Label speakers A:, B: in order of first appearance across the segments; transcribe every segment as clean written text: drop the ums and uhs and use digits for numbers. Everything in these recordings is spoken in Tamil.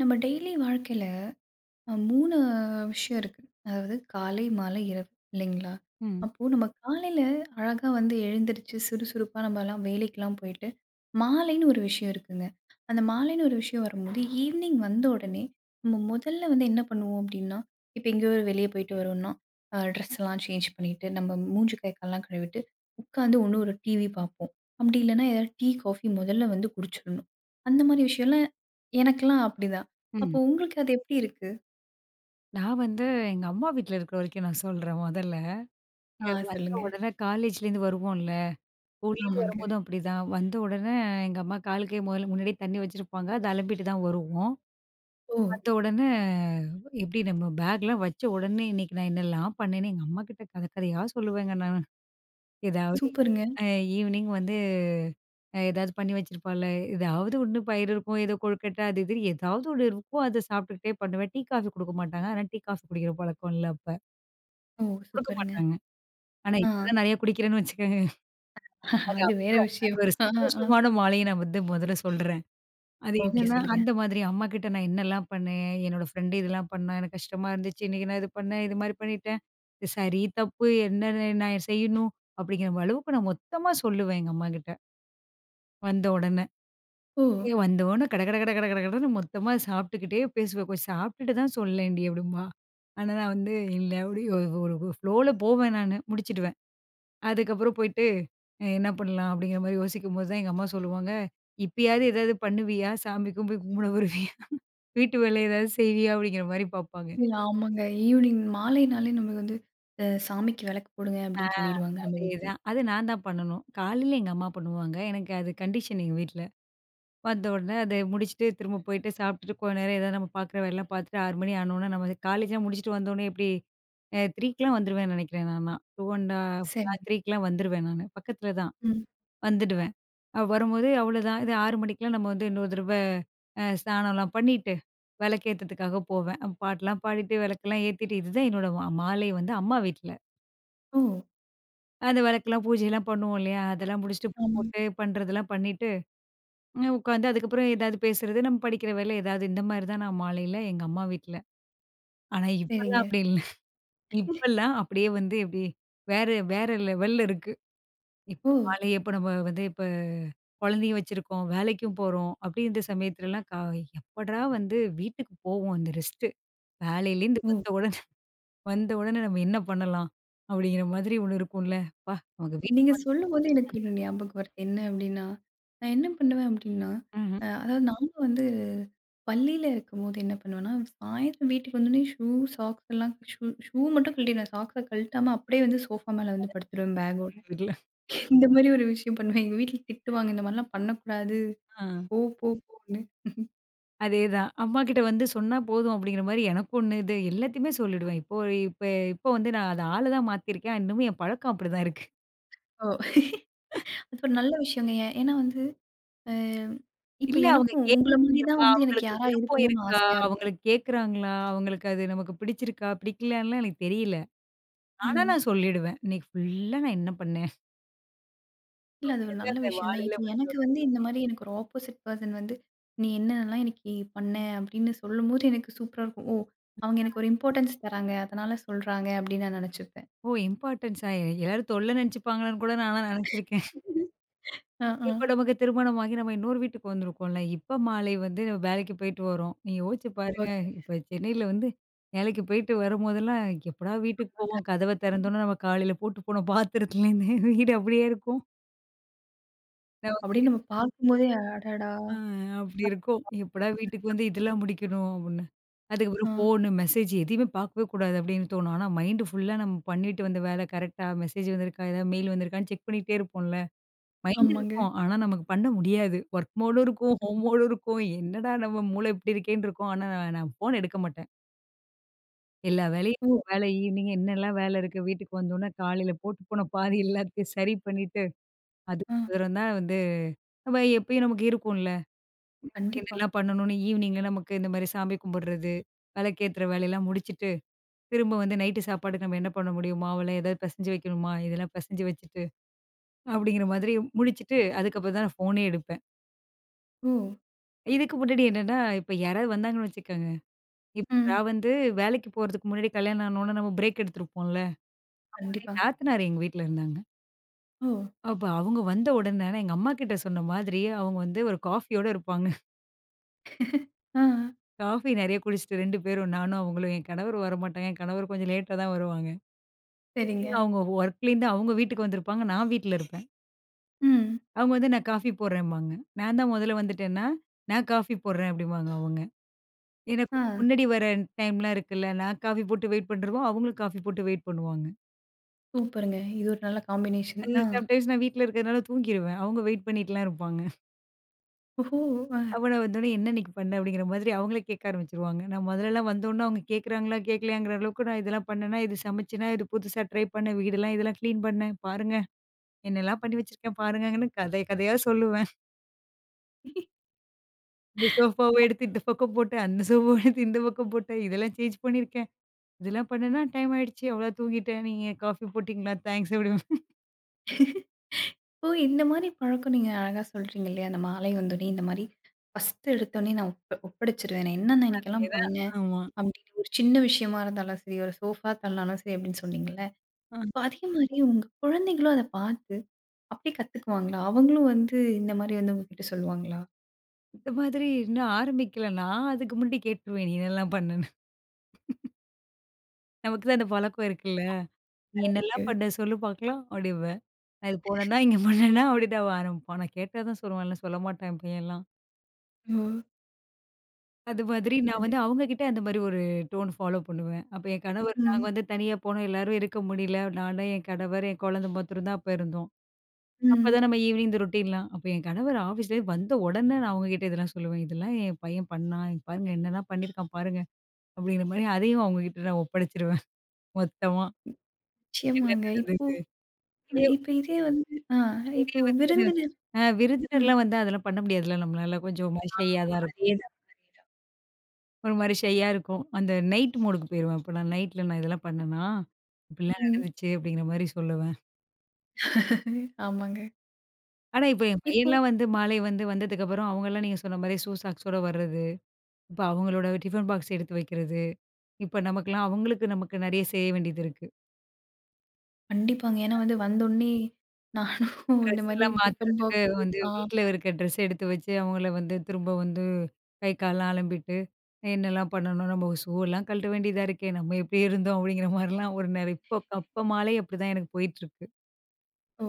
A: நம்ம டெய்லி வாழ்க்கையில 3 விஷயம் இருக்கு. அதாவது காலை, மாலை, இரவு இல்லைங்களா?
B: ம்,
A: அப்போ நம்ம காலையில அழகா வந்து எழுந்திருச்சு சுறுசுறுப்பா நம்மலாம் வேலைக்கெல்லாம் போயிட்டு, மாலைன்னு ஒரு விஷயம் இருக்குங்க. அந்த மாலைன்னு ஒரு விஷயம் வரும்போது, ஈவினிங் வந்த உடனே நம்ம முதல்ல வந்து என்ன பண்ணுவோம் அப்படின்னா, இப்ப எங்கேயோ வெளிய போயிட்டு வரோம்னா, ட்ரெஸ்லாம் சேஞ்ச் பண்ணிட்டு, நம்ம மூஞ்சு, கை, கால்லாம் கழுவிட்டு, உட்காந்து ஒண்ணு ஒரு டிவி பார்ப்போம். அப்படி இல்லைன்னா ஏதாவது டீ, காஃபி முதல்ல வந்து குடிச்சிடணும். அந்த மாரி விஷயம்லாம் எனக்கெல்லாம் அப்படிதான். அப்போ
B: ம்.
A: உங்களுக்கு அது எப்படி இருக்கு?
B: நான் வந்து எங்க அம்மா வீட்ல இருக்கிற வரைக்கும் நான் சொல்றேன் மொதல்ல.
A: ஆ,
B: இங்க வந்த
A: சொல்லுங்க.
B: உடனே காலேஜ்லேருந்து வருவோம்ல. ஸ்கூல்லேருந்து
A: ஆமாங்க.
B: வரும்போதும் அப்படிதான். வந்த உடனே எங்க அம்மா காலுக்கே முதல்ல முன்னாடியே தண்ணி வச்சிருப்பாங்க. அது அலம்பிட்டு தான் வருவோம்.
A: ஓ!
B: வந்த உடனே எப்படி நம்ம பேக்லாம் வச்ச உடனே இன்னைக்கு நான் என்னலாம் பண்ணேன்னு எங்க அம்மா கிட்ட கதையா சொல்லுவேங்க நான். ஏதாவது
A: சூப்பருங்க.
B: அ ஈவினிங் வந்து ஏதாவது பண்ணி வச்சிருப்பாள்ல. ஏதாவது ஒண்ணு பயிறு இருக்கும், ஏதோ கொழுக்கட்டை அது இது ஏதாவது ஒண்ணு இருக்கும். அத சாப்பிட்டுக்கிட்டே பண்ணுவேன். டீ, காஃபி குடுக்க மாட்டாங்க. ஆனா டீ, காஃபி குடிக்கிற பழக்கம் இல்ல அப்ப.
A: ஓ!
B: குடுக்க
A: சூப்பருங்க.
B: மாட்டாங்க. ஆனா
A: ஆ,
B: இப்பலாம் நெறைய குடிக்கிறேன்னு வச்சுக்கோங்க. அது
A: அது வேற
B: அது
A: விஷயம்.
B: ஒரு
A: ஆ, ஆ.
B: சந்தோஷமான மாலைய நான் வந்து முதல்ல சொல்றேன். அது
A: ஓகே,
B: என்னன்னா,
A: சொல்லுங்க.
B: அந்த மாதிரி அம்மா கிட்ட நான் என்னலாம் பண்ணேன்? என்னோட ஃப்ரெண்டு இதெல்லாம் பண்ணா, எனக்கு கஷ்டமா இருந்துச்சு. இன்னைக்கு நான் இது பண்ணேன். இது மாரி பண்ணிட்டேன். இது சரி, தப்பு என்னன்னு நான் செய்யணும்? அப்படிங்கிற அளவுக்கு நான் மொத்தமா சொல்லுவேன் எங்க அம்மாகிட்ட. வந்த உடனே.
A: ஓ!
B: வந்த உடனே கட கட கட கட கடன்னு மொத்தமா சாப்பிட்டுக்கிட்டே பேசுவேன். கொஞ்சம் சாப்பிட்டுட்டு தான் சொல்லேன்டி அப்படிம்பா. ஆனா நான் வந்து இல்ல அப்படி ஒரு ஒரு ஃப்ளோல போவேன் நானு. முடிச்சுடுவேன். அதுக்கப்புறம் போயிட்டு, என்ன பண்ணலாம்? அப்படிங்கிற மாரி யோசிக்கும்போது தான் எங்க அம்மா சொல்லுவாங்க, "இப்பயாவது ஏதாவது பண்ணுவியா? சாமிக்கும் போய் கும்பிட வருவியா? வீட்டு வேலை ஏதாவது செய்வியா?" அப்படிங்கிற மாரி பார்ப்பாங்க.
A: இல்ல, ஆமாங்க. ஈவ்னிங் மாலைனாலே நமக்கு வந்து சாமிக்கு விளக்கு போடுங்க
B: ஆ.
A: அப்படின்னு சொல்லிருவாங்க நம்ம வீட்ல.
B: அதேதான். அது நான் தான் பண்ணணும். காலையில எங்க அம்மா பண்ணுவாங்க. எனக்கு அது கண்டிஷன் எங்க வீட்ல. வந்த உடனே அத முடிச்சுட்டு திரும்ப போயிட்டு சாப்பிட்டுட்டு கொஞ்ச நேரம் ஏதாவது நம்ம பார்க்குற வேலைலாம் பார்த்துட்டு 6 மணி ஆனோனே நம்ம காலேஜ்லாம் முடிச்சுட்டு வந்தோனே எப்படி 3க்குலாம் வந்துருவேன்னு நெனைக்கிறேன் நான்லாம். 2 1/2 ஆ
A: சரிங்க.
B: 3க்குலாம் வந்துருவேன் நானு. பக்கத்தில தான்.
A: ம்.
B: வந்துடுவேன். வரும்போது அவ்வளோதான். இது 6 மணிக்கெல்லாம் நம்ம வந்து இன்னொரு தடவ ஸ்நானம்லாம் பண்ணிட்டு, விளக்கேத்துறதுக்காக போவேன். பாட்டெல்லாம் பாடிட்டு, விளக்கெல்லாம் ஏத்திட்டு இதுதான் என்னோட மாலை வந்து அம்மா வீட்ல.
A: ஓ!
B: அந்த விளக்கெல்லாம் பூஜைலாம் பண்ணுவோம் இல்லையா? அதெல்லாம் முடிச்சுட்டு பூ
A: ஆமாங்க.
B: போட்டு பண்றதெல்லாம் பண்ணிட்டு, ம் உட்காந்து அதுக்கப்புறம் ஏதாவது பேசுறது, நம்ம படிக்கிற வேலை ஏதாவது இந்த மாரி தான் நான் மாலையில எங்க அம்மா வீட்ல. ஆனா இப்பல்லாம்
A: சரிங்க.
B: அப்படி இல்ல. இப்பல்லாம் அப்படியே வந்து எப்படி வேற வேற லெவல்ல இருக்கு.
A: ஓ!
B: இப்ப மாலையே இப்ப நம்ம வந்து இப்ப குழந்தையும் வச்சிருக்கோம், வேலைக்கும் போறோம். அப்படின்ற சமயத்துலலாம் கா எப்படா வந்து வீட்டுக்கு போவோம் அந்த ரெஸ்ட்டு. வேலையிலேருந்து
A: ஓ!
B: வந்த உடனே வந்த உடனே நம்ம என்ன பண்ணலாம்? அப்படிங்கிற மாதிரி ஒண்ணு இருக்கும்ல. அப்பா நமக்கு வீட்டுக்கு
A: நீங்க சொல்லும்போது எனக்கு ஒரு ஞாபகம் வருது. என்ன அப்டின்னா, நான் என்ன பண்ணுவேன் அப்டின்னா,
B: ம்ஹ்ம்.
A: அதாவது நானும் வந்து பள்ளியில இருக்கும்போது என்ன பண்ணுவேன்னா, சாயந்தரம் வீட்டுக்கு வந்தோனே ஷூ, சாக்ஸ் எல்லாம் ஷூ ஷூ மட்டும் கழட்டிடுவேன். சாக்ஸ கழட்டாம அப்படியே வந்து சோஃபா மேல வந்து படுத்துருவேன் பேக்கோட.
B: வீட்ல.
A: இந்த மாரி ஒரு விஷயம் பண்ணுவேன். எங்க வீட்ல திட்டுவாங்க. இந்த மாரிலாம் பண்ணக்கூடாது.
B: ஆ
A: போ போ போன்னு.
B: அதேதான். அம்மாகிட்ட வந்து சொன்னா போதும் அப்படிங்கிற மாரி எனக்கு ஒண்ணு இது எல்லாத்தையுமே சொல்லிடுவேன். இப்ப இப்போ வந்து நான் அத ஆள தான் மாத்திருக்கேன். இன்னமும் என் பழக்கம் அப்படிதான் இருக்கு.
A: ஓ! அது ஒரு நல்ல விஷயங்க. ஏன்னா வந்து, அ இப்ப
B: இல்ல அவங்க
A: எனக்கும் உங்கள மாரி தான்
B: கேட்குறாங்களா?
A: வந்து எனக்கு
B: அவங்களுக்கு
A: யாரா
B: விருப்பம்
A: இருக்கணும்னு
B: இருக்கா?
A: ஆசையா இருக்கும்.
B: அவங்களுக்கு கேட்குறாங்களா? அவங்களுக்கு அது நமக்கு பிடிச்சிருக்கா? பிடிக்கலையான்லாம் எனக்கு தெரியல. ஆனா
A: ம்.
B: நான் சொல்லிடுவேன். இன்னைக்கு ஃபுல்லா நான் என்ன பண்ணேன்?
A: இல்ல. அது ஒரு
B: எது
A: நல்ல
B: அந்த
A: விஷயம் தான்.
B: வாழையில
A: இப்ப
B: வந்து
A: எனக்கு வந்து இந்த மாரி எனக்கு ஒரு ஆப்போசிட் பெர்சன் வந்து, "நீ என்னென்னலாம் இன்னைக்கு பண்ண?" அப்படின்னு சொல்லும்போது எனக்கு சூப்பரா இருக்கும். ஓ! அவங்க எனக்கு ஒரு இம்பார்ட்டன்ஸ் தராங்க. அதனால சொல்றாங்க அப்படின்னு நான் நெனச்சுப்பேன்.
B: ஓ இம்பார்ட்டன்ஸா? எல்லாரும் தொல்ல நெனச்சுப்பாங்களான்னு கூட நான்லாம் நெனச்சிருக்கேன்.
A: அ, ஆ.
B: இப்ப நமக்கு திருமணமாகி நம்ம இன்னொரு வீட்டுக்கு வந்திருக்கோம்ல. இப்ப மாலை வந்து நம்ம வேலைக்கு போயிட்டு வரோம். நீங்க யோசிச்சு பாருங்க.
A: ஓகேங்க.
B: இப்ப சென்னையில வந்து வேலைக்கு போயிட்டு வரும்போதெல்லாம் எப்படா வீட்டுக்கு
A: மாட்டா
B: போவோம். கதவ திறந்தோனே நம்ம காலையில போட்டு போன பாத்திரத்துலேருந்து வீடு அப்படியே இருக்கும். நமக்கு
A: அப்படின்னு நம்ம பார்க்கும்போதே, அடடா!
B: ஆ அப்படி இருக்கும். எப்படா வீட்டுக்கு வந்து
A: இருந்திருக்கலாமா?
B: இதெல்லாம் முடிக்கணும் அப்படின்னு. அதுக்கப்புறம்
A: ஆ,
B: ஃபோனு, மெசேஜ் எதையுமே பார்க்கவே கூடாது அப்படின்னு தோணும். ஆனா மைண்ட் ஃபுல்லா நம்ம பண்ணிட்டு வந்த வேலை கரெக்ட்டா மெசேஜ் வந்திருக்கா? ஏதாவது மெயில் வந்திருக்கான்னு செக் பண்ணிட்டே இருப்போம்ல. மைண்ட்
A: ஆமாங்க.
B: இருக்கும். ஆனா நமக்கு பண்ண முடியாது. ஒர்க் மோடும் இருக்கும், ஹோம் மோடும் இருக்கும். என்னடா நம்ம மூளை இப்படி இருக்கேன்னு இருக்கும். ஆனா நான் நான் ஃபோன் எடுக்க மாட்டேன். எல்லா வேலையும்
A: ஓ!
B: வேலை ஈவினிங் என்னெல்லாம் வேலை இருக்கு வீட்டுக்கு வந்தோனே காலையில போட்டு போன பாதி எல்லாத்தையும் சரி பண்ணிட்டு,
A: ஆ,
B: அதுக்கப்புறம் தான் வந்து நம்ம எப்பயும் நமக்கு இருக்கும்ல.
A: கண்டிப்பா.
B: என்னெல்லாம் பண்ணணும்னு ஈவினிங்ல நமக்கு இந்த மாரி சாமி கும்பிடுறது, விளக்கேத்துற வேலையெல்லாம் முடிச்சுட்டு திரும்ப வந்து நைட்டு சாப்பாடு நம்ம என்ன பண்ண முடியும்? மாவுல ஏதாவது பெசஞ்சு வைக்கணுமா? இதெல்லாம் பெசஞ்சு வச்சுட்டு, அப்படிங்கிற மாதிரி முடிச்சுட்டு, அதுக்கப்புறம் தான் நான் ஃபோனே எடுப்பேன்.
A: ஓ!
B: இதுக்கு முன்னாடி என்னன்னா, இப்ப யாராவது வந்தாங்கன்னு வச்சுக்கோங்க, இப்ப
A: ம்.
B: நான் வந்து வேலைக்கு போறதுக்கு முன்னாடி கல்யாணம் ஆனோனே நம்ம பிரேக் எடுத்திருப்போம்ல. ஆனா
A: கண்டிப்பா.
B: என் நாத்தனார் எங்க வீட்ல இருந்தாங்க.
A: ஓ!
B: அப்ப அவங்க வந்த உடனே நான் எங்க அம்மா கிட்ட சொன்ன மாதிரி, அவங்க வந்து ஒரு காஃபியோட இருப்பாங்க.
A: ஆ,
B: காஃபி நெறைய குடிச்சுட்டு 2 பேரும் நானும் அவங்களும். என் கணவர் வரமாட்டாங்க. என் கணவர் கொஞ்சம் லேட்டா தான் வருவாங்க.
A: சரிங்க.
B: அவங்க ஒர்க்லேருந்து அவங்க வீட்டுக்கு வந்திருப்பாங்க. நான் வீட்ல இருப்பேன்.
A: ம்.
B: அவங்க வந்து நான் காஃபி போடுறேன்பாங்க. நான் தான் முதல்ல வந்துட்டேன்னா, நான் காஃபி போடுறேன் அப்படிம்பாங்க அவங்க. ஏன்னா கொஞ்சம்
A: ஆ,
B: முன்னாடி வர டைம்லாம் இருக்குல்ல. நான் காஃபி போட்டு வெயிட் பண்றவோ, அவங்களும் காஃபி போட்டு வெயிட் பண்ணுவாங்க.
A: சூப்பருங்க. இது ஒரு நல்ல காம்பினேஷன்.
B: அது
A: ஆ,
B: சம்டைம்ஸ் நான் வீட்ல இருக்கிறதுனால தூங்கிருவேன். அவங்க வெயிட் பண்ணிட்டுலாம் இருப்பாங்க.
A: ஓஹோ!
B: அப்ப நான் வந்தோனே என்ன இன்னைக்கு பண்ண அப்படிங்கிற மாதிரி அவங்களே கேட்க ஆரம்பிச்சுருவாங்க. நான் முதல்லலாம் வந்தோனே அவங்க கேட்குறாங்களா, கேட்கலையாங்கிற அளவுக்கு நான் இதெல்லாம் பண்ணேனா, இது சமைச்சேனா, இது புதுசா ட்ரை பண்ணேன், வீடெல்லாம் இதெல்லாம் கிளீன் பண்ணேன், பாருங்க என்னெல்லாம் பண்ணி வச்சிருக்கேன் பாருங்கன்னு கதை கதையா சொல்லுவேன்.
A: ஆ.
B: இந்த சோஃபாவ எடுத்து இந்த பக்கம் போட்டேன், அந்த சோஃபாவ எடுத்து இந்த பக்கம் போட்டேன். இதெல்லாம் சேஞ்ச் பண்ணியிருக்கேன். இதெல்லாம் பண்ணேன்னா டைம் ஆயிடுச்சு. அவ்வளோதான் தூங்கிட்டேன். நீங்க காஃபி போட்டீங்களா? தேங்க்ஸ் அப்படிம்பேன்.
A: ஓ! இந்த மாரி பழக்கம் நீங்க அழகா சொல்றீங்க இல்லையா? அந்த மாலை வந்தோனே இந்த மாரி ஃபர்ஸ்ட் எடுத்தோனே நான் ஒப்படைச்சுருவேன். நான் என்னென்ன இன்னைக்கெல்லாம்
B: அதேதான்.
A: பண்ணேன்
B: ஆமா.
A: அப்படின்னு ஒரு சின்ன விஷயமா இருந்தாலும் சரி, ஒரு சோஃபா தள்னாலும் சரி அப்படின்னு சொன்னீங்கல்ல.
B: ஆ.
A: இப்ப அதே மாரி உங்க குழந்தைகளும் அத பார்த்து அப்படியே கத்துக்குவாங்களா? அவங்களும் வந்து இந்த மாரி வந்து உங்ககிட்ட சொல்லுவாங்களா?
B: இந்த மாதிரி இன்னும் ஆரம்பிக்கல. நான் அதுக்கு முன்னாடி கேட்டுருவேன். நீ என்னலாம் பண்ணேன்னு? நமக்கு தான் அந்த பழக்கம் இருக்குல்ல. "நீ என்னலாம்
A: ஓகே.
B: பண்ண? சொல்லு பார்க்கலாம்" அப்படிம்பேன். நான் இது போனேன்னா, இங்க பண்ணேன்னா அப்படிதான் அவன் ஆரம்பிப்பான். நான் கேட்டா தான் சொல்லுவான். இல்ல சொல்ல மாட்டான் என் பையன்லாம்.
A: ஓ!
B: அது மாதிரி நான் வந்து
A: நல்லது.
B: அவங்க கிட்ட அந்த மாதிரி ஒரு டோன் ஃபாலோ பண்ணுவேன். அப்ப என் கணவர் நாங்க
A: ம்.
B: வந்து தனியா போனோம். எல்லாரும் இருக்க முடியல. நானு, என் கணவர், என் குழந்தை மாத்திரம் தான் அப்ப இருந்தோம்.
A: ம்.
B: அப்பதான் நம்ம ஈவினிங் இந்த ரொட்டீன்லாம். அப்ப என் கணவர் ஆஃபீஸ்லேருந்து வந்த உடனே நான் அவங்க கிட்ட இதெல்லாம் சொல்லுவேன். "இதெல்லாம் என் பையன் பண்ணான். இங்க பாருங்க என்னலாம் பண்ணியிருக்கான் பாருங்க." அப்படிங்கிற மாதிரி அதையும் அவங்க கிட்ட நான் ஒப்படைச்சிருவேன். மொத்தமா என்ன
A: நிச்சயமாங்க. இப்போ
B: நடந்தது.
A: அ
B: இதே
A: இப்ப இதே வந்து ஆ
B: இதே
A: இப்போ
B: வந்து
A: விருந்தினர். ம்.
B: விருந்தினர்லாம் வந்தா அதெல்லாம் பண்ண முடியாதுல்ல நம்மளால. கொஞ்சம்
A: ஆ,
B: ஷையா தான் இருக்கும்.
A: அதேதான், அதேதான்.
B: ஒரு மாரி ஷையா இருக்கும். அந்த நைட் மோடுக்கு போயிருவேன். இப்ப நான் நைட்ல நான் இதெல்லாம் பண்ணனா, இப்படிலாம்
A: ம்.
B: நடந்துச்சு அப்படிங்கிற மாரி சொல்லுவேன்.
A: ஆமாங்க.
B: ஆனா இப்ப என்
A: இப்போ
B: பையன்லாம் வந்து மாலை வந்து வந்ததுக்கப்புறம் அவங்கலாம் நீங்க சொன்ன மாரி ஷூ சாக்ஸோட வர்றது. இப்ப அவங்களோட டிஃபன் பாக்ஸ் எடுத்து வைக்கிறது. இப்ப நமக்கெல்லாம் அவங்களுக்கு நமக்கு நெறைய செய்ய வேண்டியது இருக்கு.
A: கண்டிப்பாங்க. ஏன்னா வந்து வந்தோனே நானும் இந்த
B: ட்ரெஸ்
A: மாரி
B: எல்லாம்
A: டிஃபன்
B: மாத்துறதுக்கு
A: பாக்ஸ்.
B: வந்து
A: ஆ.
B: வீட்ல இருக்க ட்ரெஸ் எடுத்து வச்சு அவங்கள வந்து திரும்ப வந்து கை கால்லாம் அலம்பிட்டு, என்னலாம் பண்ணணும் நம்ம ஷூலாம் கழட்ட வேண்டியதா இருக்கே. நம்ம எப்படி இருந்தோம் அப்படிங்கிற மாரிலாம் ஒரு நெறை இப்போ அப்ப மாலை அப்படிதான் எனக்கு போயிட்டுருக்கு.
A: ஓ!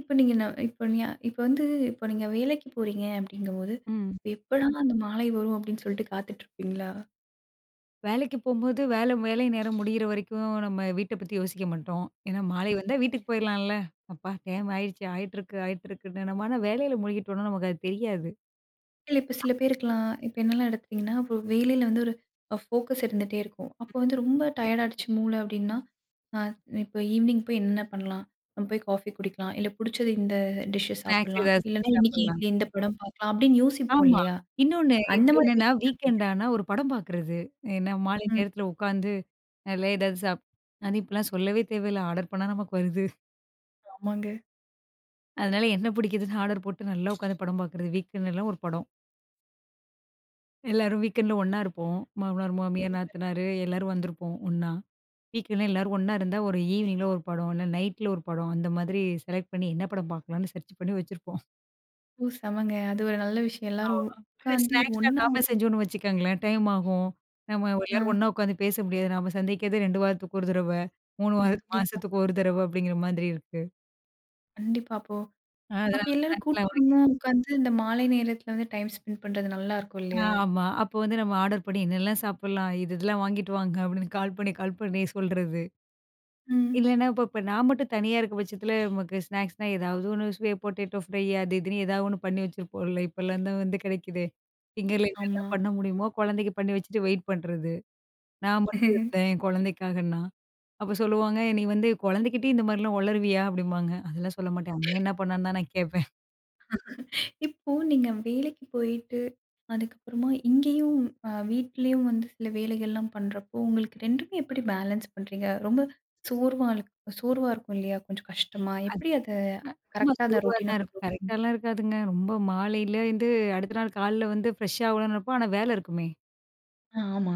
A: இப்ப நீங்க ந இப்ப நீ இப்ப வந்து இப்ப நீங்க வேலைக்கு போறீங்க அப்படிங்கும்போது,
B: ம்.
A: எப்படா அந்த மாலை வரும் அப்படின்னு சொல்லிட்டு காத்துட்ருப்பீங்களா?
B: வேலைக்கு போம்போது, வேலை வேலை நேரம் முடியிற வரைக்கும் நம்ம வீட்ட பத்தி யோசிக்க மாட்டோம். ஏன்னா மாலை வந்தா
A: ஓகேங்க.
B: வீட்டுக்கு போயிரலாம்ல. அப்பா டைம் ஆயிடுச்சு, ஆயிட்டிருக்கு, ஆயிட்டிருக்குன்னு நம்ம ஆனா வேலையில மூழ்கிட்டோம்னா நமக்கு அது தெரியாது.
A: இல்ல, இப்ப சில பேருக்குலாம் இப்ப என்னெல்லாம் எடுத்துட்டீங்கன்னா, இப்போ வேலையில வந்து ஒரு ஃபோக்கஸ் இருந்துட்டே இருக்கும். அப்போ வந்து ரொம்ப டயர்ட் ஆயிடுச்சு மூளை அப்படின்னா, அ இப்போ ஈவினிங் போய் என்ன பண்ணலாம்? நம்ம போய் காஃபி குடிக்கலாம். இல்ல புடிச்சது இந்த டிஷ்
B: ஸ்நாக்ஸ்
A: சாப்பிடலாம்.
B: ஏதாவது செஞ்சு
A: இல்லன்னா இன்னைக்கு
B: சாப்பிடலாம்.
A: இந்த படம் பார்க்கலாம் அப்படின்னு யோசிப்போம்
B: ஆமா.
A: இல்லையா?
B: இன்னொன்னு
A: அந்த
B: இப்ப
A: மாரி
B: என்னன்னா, வீக்கெண்ட்
A: விஷயங்கள்.
B: ஆனா ஒரு படம் பார்க்குறது. ஏன்னா மாலை
A: ம்.
B: நேரத்துல உட்காந்து நல்லா ஏதாவது சாப் அது இப்பலாம் சொல்லவே தேவையில்ல. ஆர்டர் பண்ணா நமக்கு வருது.
A: ஆமாங்க.
B: அதனால என்ன பிடிக்குதுன்னு ஆர்டர் போட்டு நல்லா உட்காந்து படம் பார்க்குறது. வீக்கெண்ட்லாம் ஒரு படம். எல்லாரும் வீக்கெண்ட்ல ஒண்ணா இருப்போம். மாமனார், மாமியார்,
A: சூப்பருங்க.
B: நாத்தனாரு எல்லாரும் வந்திருப்போம் ஒண்ணா. வீக்கெண்ட்ல எல்லாரும் ஒண்ணா இருந்தா, ஒரு ஈவினிங்ல ஒரு படம், இல்ல நைட்ல ஒரு படம், அந்த மாதிரி செலக்ட் பண்ணி என்ன படம் பார்க்கலாம்ன்னு சர்ச் பண்ணி வச்சிருப்போம்.
A: ஓ! செமங்க. அது ஒரு நல்ல விஷயம்.
B: ஆ.
A: எல்லாரும்
B: ஆனா
A: உட்காந்து ஒரு
B: ஸ்நாக்ஸ்லாம்
A: ஒண்ணா
B: நாம
A: ஒரு
B: செஞ்சோம்னு வச்சுக்கோங்களேன், டைம் ஆகும். நம்ம
A: ஆ,
B: எல்லாரும் ஒண்ணா உட்காந்து பேச முடியாது. நாம சந்திக்கிறதே 2 வாரத்துக்கு ஒரு தடவ, 3 ம். வாரத்து
A: கண்டிப்பா,
B: மாசத்துக்கு ஒரு தடவ அப்படிங்கிற மாதிரி இருக்கு.
A: கண்டிப்பா. அப்போ அப்ப
B: அதனால
A: எல்லாரும் கூட்டு
B: ஸ்நாக்ஸ்லாம் வாங்கி
A: குடும்பமா உட்காந்து இந்த மாலை நேரத்துல வந்து டைம் ஸ்பெண்ட் பண்றது நல்லா இருக்கும்
B: ஆ
A: இல்லையா?
B: ஆமா. அப்போ வந்து நம்ம ஆர்டர் பண்ணி என்னெல்லாம் சாப்பிடலாம்? இது இதெல்லாம் வாங்கிட்டு வாங்க அப்படின்னு கால் பண்ணி, கால் பண்ணி சொல்றது.
A: ம்.
B: இல்லன்னா, இப்ப இப்ப நான் மட்டும் தனியா இருக்க பட்சத்தில நமக்கு ஸ்நாக்ஸ்னா ஏதாவது ஒண்ணு சுய பொட்டேட்டோ ஃப்ரை அது இதுன்னு ஏதாவது ஒண்ணு பண்ணி வச்சிருப்போம்ல. இப்பலாம் தான் வந்து கிடைக்குதே. ஃபிங்கர்ல
A: ஆமா.
B: என்னலாம் பண்ண முடியுமோ குழந்தைக்கு பண்ணி வச்சுட்டு வெயிட் பண்றது. நான் மட்டும் இருந்தேன் என் குழந்தைக்காகன்னா. அப்ப சொல்லுவாங்க, "நீ வந்து குழந்தைகிட்டயும் இந்த மாரிலாம் ஒளருவியா?" அப்படிம்பாங்க. அதெல்லாம் சொல்ல மாட்டேன். அண்ணே என்ன பண்ணான்னு தான் நான் கேட்பேன்.
A: இப்போ நீங்க வேலைக்கு போயிட்டு, அதுக்கப்புறமா இங்கேயும் வீட்லயும் வந்து சில வேலைகள்லாம் பண்றப்போ, உங்களுக்கு 2மே எப்படி பேலன்ஸ் பண்றீங்க? ரொம்ப சோர்வா இருக் சோர்வா இருக்கும் இல்லையா? கொஞ்சம் கஷ்டமா? எப்படி அத
B: ஆமா
A: கரெக்ட்டா அந்த
B: சோர்வா
A: ரொட்டீன
B: தான் இருக்கும்.
A: ஃபாலோ.
B: கரெக்ட்டாலாம் இருக்காதுங்க. ரொம்ப மாலையில வந்து அடுத்த நாள் காலைல வந்து ஃப்ரெஷ்ஷா ஆகலாம்னு நினைப்போம். ஆனா வேலை இருக்குமே.
A: ஆ, ஆமா.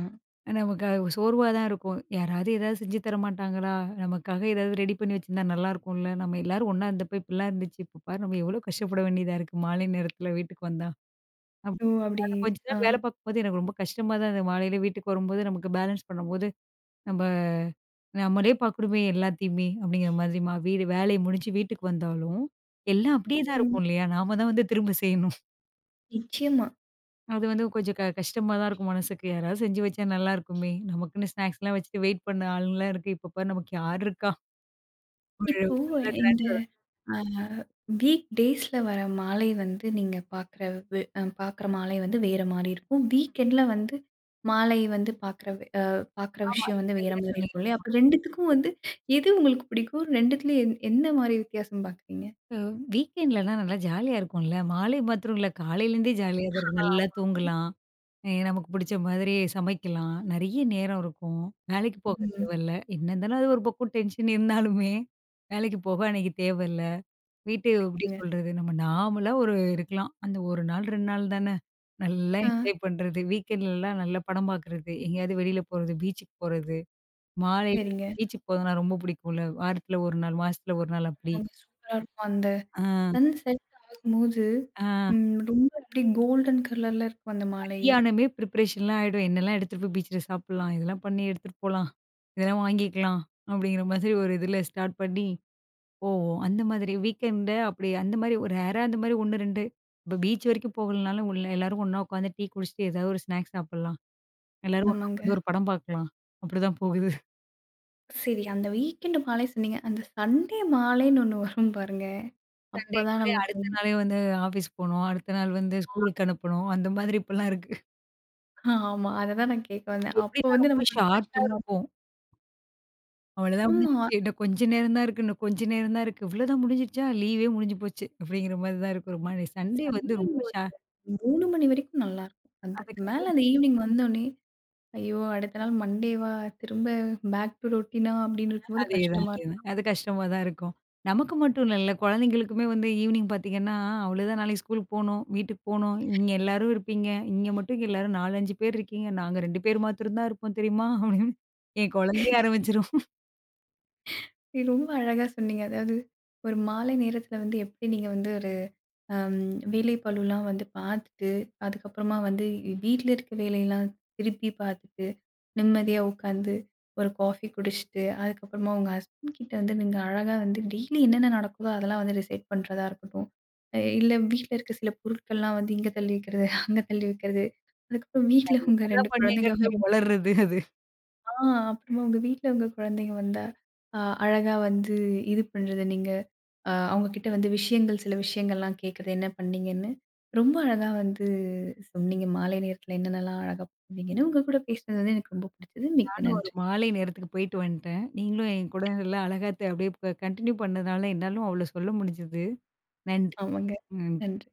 B: நமக்கு அது சோர்வா தான் இருக்கும். யாராவது ஏதாவது செஞ்சு தர மாட்டாங்களா? நமக்காக ஏதாவது ரெடி பண்ணி வச்சிருந்தா நல்லாயிருக்கும்ல. நம்ம எல்லாரும் ஒண்ணா இருந்தப்ப இப்படிலாம் இருந்துச்சு. இப்ப பாரு நம்ம எவ்வளோ கஷ்டப்பட வேண்டியதா இருக்கு மாலை நேரத்தில வீட்டுக்கு வந்தா.
A: ஓ!
B: அப்படி
A: அப்படி
B: ஆனா கொஞ்ச
A: ஆ.
B: நாள் வேலை பார்க்கும்போது எனக்கு ரொம்ப கஷ்டமா தான் இருந்தது. மாலையில வீட்டுக்கு வரும்போது நமக்கு பேலன்ஸ் பண்ணும்போது, நம்ம நம்மளே பார்க்கணுமே எல்லாத்தையுமே அப்படிங்கிற மாதிரி வீடு வேலையை முடிஞ்சு வீட்டுக்கு வந்தாலும், எல்லாம் அப்படியே தான்
A: ம்.
B: இருக்கும் இல்லையா? நாம தான் வந்து திரும்ப செய்யணும்.
A: நிச்சயமா.
B: அது வந்து கொஞ்சம் கஷ்டமா தான் இருக்கும் மனசுக்கு. யாராவது செஞ்சு வச்சா நல்லாருக்குமே! நமக்குன்னு ஸ்நாக்ஸ்லாம் வச்சுட்டு வெயிட் பண்ண ஆளுங்கலாம் இருக்கு. இப்ப பாரு நமக்கு யார் இருக்கா? ஒரு
A: இப்போ
B: ஃபுல்லா
A: இந்த
B: டிரான்ஸ்ஃபர்.
A: அ வீக் டேஸ்ல வர மாலை வந்து நீங்க பார்க்குற வி அ பார்க்குற மாலை வந்து வேற மாரி இருக்கும். வீக்கெண்ட்ல வந்து மாலை வந்து பார்க்குற அ பார்க்குற
B: ஆமா.
A: விஷயம் வந்து வேற
B: சரியா
A: மாரி
B: சொன்னீங்க.
A: இருக்கும் இல்லையா? அப்ப 2த்துக்கும் வந்து எது உங்களுக்கு பிடிக்கும்? 2த்துல என்ன மாரி வித்தியாசம் பார்க்குறீங்க?
B: அ வீக்கெண்ட்லலாம் நல்லா ஜாலியா இருக்கும்ல. மாலை மாத்திரம் இல்ல. காலையிலேருந்தே ஜாலியா தான் இருக்கும். நல்லா
A: ஆமா.
B: தூங்கலாம். நமக்கு புடிச்ச மாதிரி சமைக்கலாம். நெறைய நேரம் இருக்கும். வேலைக்கு போக
A: ம்.
B: தேவையில்ல. என்ன இருந்தாலும் அது ஒரு பக்கம் டென்ஷன் இருந்தாலுமே, வேலைக்கு போக அன்னைக்கு தேவையில்ல. வீட்டு எப்படி
A: சொல்லுங்க.
B: சொல்றது? நம்ம நாமளா ஒரு இருக்கலாம். அந்த 1 நாள், 2 நாள் தானே. நல்லா
A: ஆ,
B: என்ஜாய் பண்றது. வீக்கெண்ட்லலாம் நல்லா படம் பார்க்குறது. எங்கேயாவது வெளியில போறது, பீச்சுக்கு போறது. மாலையில நம்ம
A: சரிங்க.
B: பீச்சுக்கு போறதுனா ரொம்ப பிடிக்கும்ல. வாரத்துல 1 நாள், மாசத்துல 1 நாள் அப்படி.
A: ஆமாங்க, சூப்பரா இருக்கும். அந்த
B: ஆ,
A: சன் செட் ஆகும்போது
B: ஆ.
A: ம், ரொம்ப அப்படியே கோல்டன் கலர்ல இருக்கும் அந்த மாலையே.
B: மதியானமே ப்ரிப்பரேஷன்லாம் ஆயிடும். என்னெல்லாம் எடுத்துட்டு போய் பீச்சில சாப்பிடலாம்? இதெல்லாம் பண்ணி எடுத்துட்டு போலாம். இதெல்லாம் வாங்கிக்கலாம். அப்படிங்கிற மாதிரி ஒரு இதில ஸ்டார்ட் பண்ணி ஓ! அந்த மாதிரி வீக்கெண்டு அப்படி அந்த மாரி ஒரு ரேரா அந்த மாரி 1, 2 இப்ப பீச் வரைக்கும் போகலனாலும் உள்ள எல்லாரும் ஒண்ணா உட்காந்து டீ குடிச்சுட்டு ஏதாவது ஒரு ஸ்நாக்ஸ் சாப்பிடலாம். எல்லாரும் ம். ஒண்ணா
A: ஆமாங்க.
B: உட்காந்து ஒரு படம் பார்க்கலாம். அப்படிதான் போகுது.
A: சரி. அந்த வீக்கெண்ட் மாலை சொன்னீங்க. அந்த சண்டே மாலைன்னு ஒண்ணு வரும் பாருங்க. அப்பதான்
B: சண்டேனாலே
A: நமக்கு
B: அடுத்த
A: வந்து
B: நாளே வந்து ஆஃபீஸ் போணும். அடுத்த நாள் வந்து ஸ்கூலுக்கு அனுப்பணும். அந்த மாதிரி இப்பலாம் இருக்கு.
A: ஆமா. அததான் நான் கேட்க
B: அது
A: வந்தேன். அப்போ
B: எப்படின்னா
A: வந்து
B: ரொம்ப
A: நமக்கு கொஞ்சம்
B: ஷார்ட்டா
A: கஷ்டமா இருக்கும்.
B: இருக்கும். அவ்வளோதான்
A: ஆமா.
B: முடிஞ்சிச்சு. இன்னும் கொஞ்ச நேரம் தான் இருக்கு. இன்னும் கொஞ்ச நேரம் தான் இருக்கு. இவ்வளோதான் முடிஞ்சிடுச்சா? லீவே முடிஞ்சு போச்சு. அப்படிங்கிற மாரி தான் இருக்கு ஒரு மாரி. சண்டே வந்து
A: சண்டே
B: ரொம்ப
A: ஒரு 3 மணி வரைக்கும் நல்லாருக்கும். அதுக்கு
B: அதுக்கு
A: மேல அந்த ஈவ்னிங் வந்தோனே, ஐயோ! அடுத்த நாள் மண்டேவா? திரும்ப பேக் டூ ரொட்டீனா? அப்படின்னு இருக்கும்போது
B: அதேதான்,
A: கஷ்டமா
B: அதேதான்.
A: இருக்கும்.
B: அது கஷ்டமா தான் இருக்கும். நமக்கு மட்டும் இல்லல்ல. குழந்தைங்களுக்குமே வந்து ஈவினிங் பார்த்தீங்கன்னா, அவ்வளோதான் நாளைக்கு ஸ்கூலுக்கு போணும், வீட்டுக்கு போணும். இங்க எல்லாரும் இருப்பீங்க. இங்க மட்டும் இங்க எல்லாரும் 4, 5 பேர் இருக்கீங்க. நாங்க 2 பேர் மாத்திரம் தான் இருப்போம் தெரியுமா? அப்படின்னு என் குழந்தையே ஆரம்பிச்சுரும்.
A: இது ரொம்ப அழகா சொன்னீங்க. அதாவது ஒரு மாலை நேரத்தில வந்து எப்படி நீங்க வந்து ஒரு அம் வேலைப்பளுலாம் வந்து பார்த்துட்டு, அதுக்கப்புறமா வந்து வீட்ல இருக்க வேலையெல்லாம் திருப்பி பார்த்துட்டு, நிம்மதியா உட்காந்து ஒரு காஃபி குடிச்சுட்டு, அதுக்கப்புறமா உங்க ஹஸ்பண்ட் கிட்ட வந்து நீங்க அழகா வந்து டெய்லி என்னென்ன நடக்குதோ அதெல்லாம் வந்து டிசைட் பண்றதா இருக்கட்டும். இல்ல வீட்ல இருக்க சில பொருட்கள்லாம் வந்து இங்க தள்ளி வைக்கிறது, அங்க தள்ளி வைக்கிறது. அதுக்கப்புறம் வீட்ல
B: நான்
A: உங்க 2
B: என்னலாம்
A: குழந்தைங்க
B: பண்ணேங்கிறது
A: வரும்.
B: உளறுறது அது.
A: ஆ, அப்புறமா உங்க வீட்ல உங்க குழந்தைங்க வந்தா, அ அழகா வந்து இது பண்றது நீங்க அவங்க கிட்ட வந்து சில விஷயங்கள்லாம் கேட்கறது என்ன பண்ணீங்கன்னு, ரொம்ப அழகா வந்து சொன்னீங்க. மாலை நேரத்தில என்னென்னலாம் அழகா பண்ணுவீங்கன்னு. உங்க கூட பேசினது வந்து எனக்கு ரொம்ப பிடிச்சது. மிக்க
B: நானும் ஒரு
A: நன்றி.
B: மாலை நேரத்துக்கு போயிட்டு வந்துட்டேன். நீங்களும் என் கூட நல்லா அழகா அப்படியே கண்டினியூ பண்ணதுனால என்னாலும் அவ்வளோ சொல்ல முடிஞ்சது. நன்றி.
A: ஆமாங்க.
B: ம்.
A: நன்றி.